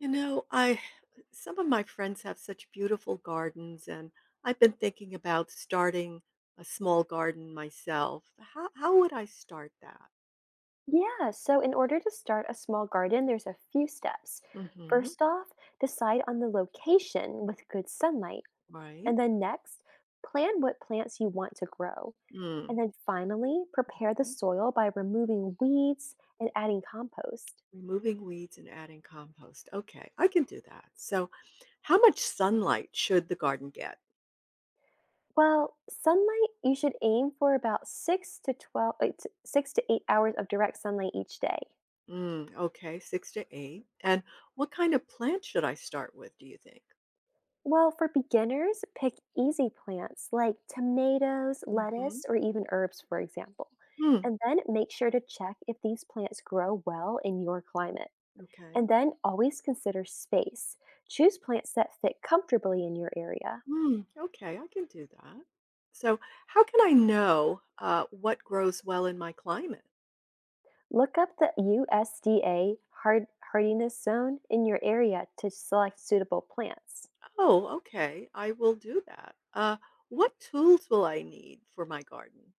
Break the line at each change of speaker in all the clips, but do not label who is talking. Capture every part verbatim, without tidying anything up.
You know, I some of my friends have such beautiful gardens, and I've been thinking about starting a small garden myself. How how would I start that?
Yeah, so in order to start a small garden, there's a few steps.
Mm-hmm.
First off, decide on the location with good sunlight.
Right.
And then next, plan what plants you want to grow.
Mm.
And then finally, prepare the
Mhm.
soil by removing weeds and adding compost.
Removing weeds and adding compost. Okay, I can do that. So, how much sunlight should the garden get?
Well, sunlight, you should aim for about six to twelve uh, t- six to eight hours of direct sunlight each day.
Mm, okay, six to eight. And what kind of plant should I start with? Do you think?
Well, for beginners, pick easy plants like tomatoes,
Mm-hmm.
lettuce, or even herbs, for example.
Mm,
And then make sure to check if these plants grow well in your climate. And
okay.
then always consider space. Choose plants that fit comfortably in your area.
Mm, okay, I can do that. So, how can I know uh, what grows well in my climate?
Look up the U S D A hard- hardiness zone in your area to select suitable plants.
Oh, okay, I will do that. Uh, what tools will I need for my garden?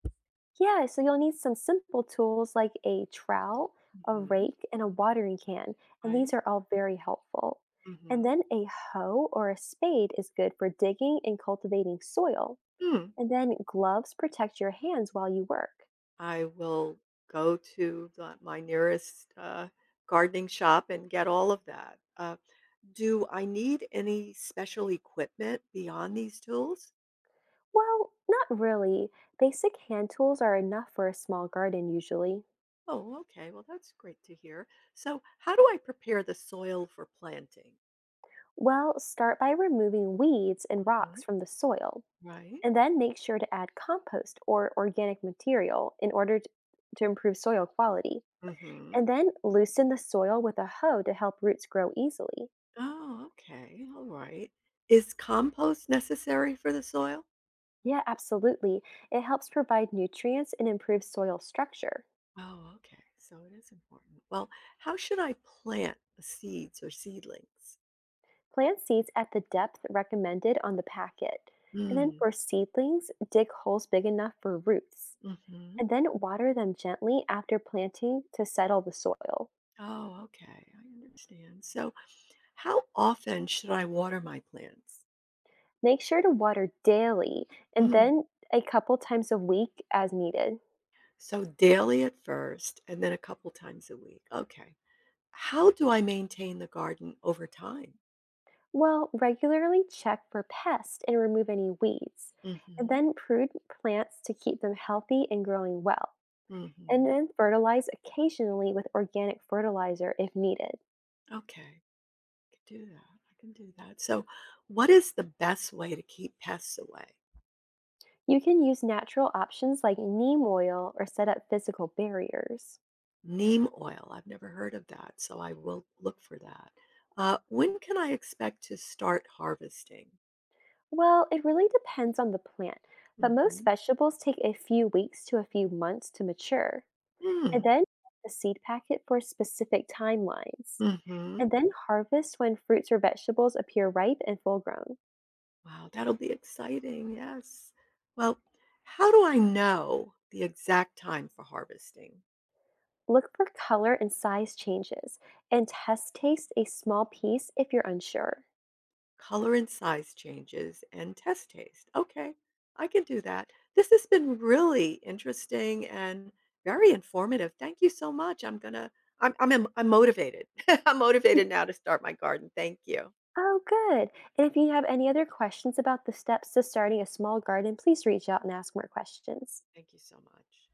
Yeah, so you'll need some simple tools like a trowel, a
Hmm.
rake, and a watering can, and
Right?
these are all very helpful. And
Hmm.
then a hoe or a spade is good for digging and cultivating soil.
Hmm.
And then gloves protect your hands while you work.
I will go to the, my nearest uh, gardening shop and get all of that. Uh, do I need any special equipment beyond these tools?
Well, not really. Basic hand tools are enough for a small garden usually.
Oh, okay. Well, that's great to hear. So, how do I prepare the soil for planting?
Well, start by removing weeds and
Hmm.
rocks from the soil,
Right?
and then make sure to add compost or organic material in order to to improve soil quality. And
Mhm.
then loosen the soil with a hoe to help roots grow easily.
Oh, okay. All right. Is compost necessary for the soil?
Yeah, absolutely. It helps provide nutrients and improve soil structure.
Oh, okay. So it is important. Well, how should I plant the seeds or seedlings?
Plant seeds at the depth recommended on the packet. And then
Mm.
for seedlings, dig holes big enough for roots.
Hmm.
And then water them gently after planting to settle the soil.
Oh, okay. I understand. So, how often should I water my plants?
Make sure to water daily and
Mm.
then a couple times a week as needed.
So, daily at first and then a couple times a week. Okay. How do I maintain the garden over time?
Well, regularly check for pests and remove any weeds.
Mm.
And
Mhm.
then prune plants to keep them healthy and growing well.
Mm.
And
Mhm.
then fertilize occasionally with organic fertilizer if needed.
Okay, I can do that, I can do that. So, what is the best way to keep pests away?
You can use natural options like neem oil or set up physical barriers.
Neem oil, I've never heard of that, so I will look for that. Uh, when can I expect to start harvesting?
Well, it really depends on the plant, but
Mm.
most
Mhm.
vegetables take a few weeks to a few months to mature. And
Mm.
then check the seed packet for specific timelines.
Mhm.
And then harvest when fruits or vegetables appear ripe and full grown.
Wow, that'll be exciting, yes. Well, how do I know the exact time for harvesting?
Look for color and size changes, and test taste a small piece if you're unsure.
Color and size changes and test taste. Okay, I can do that. This has been really interesting and very informative. Thank you so much. I'm gonna. I'm I'm, I'm motivated. I'm motivated now to start my garden. Thank you.
Oh, good. And if you have any other questions about the steps to starting a small garden, please reach out and ask more questions.
Thank you so much.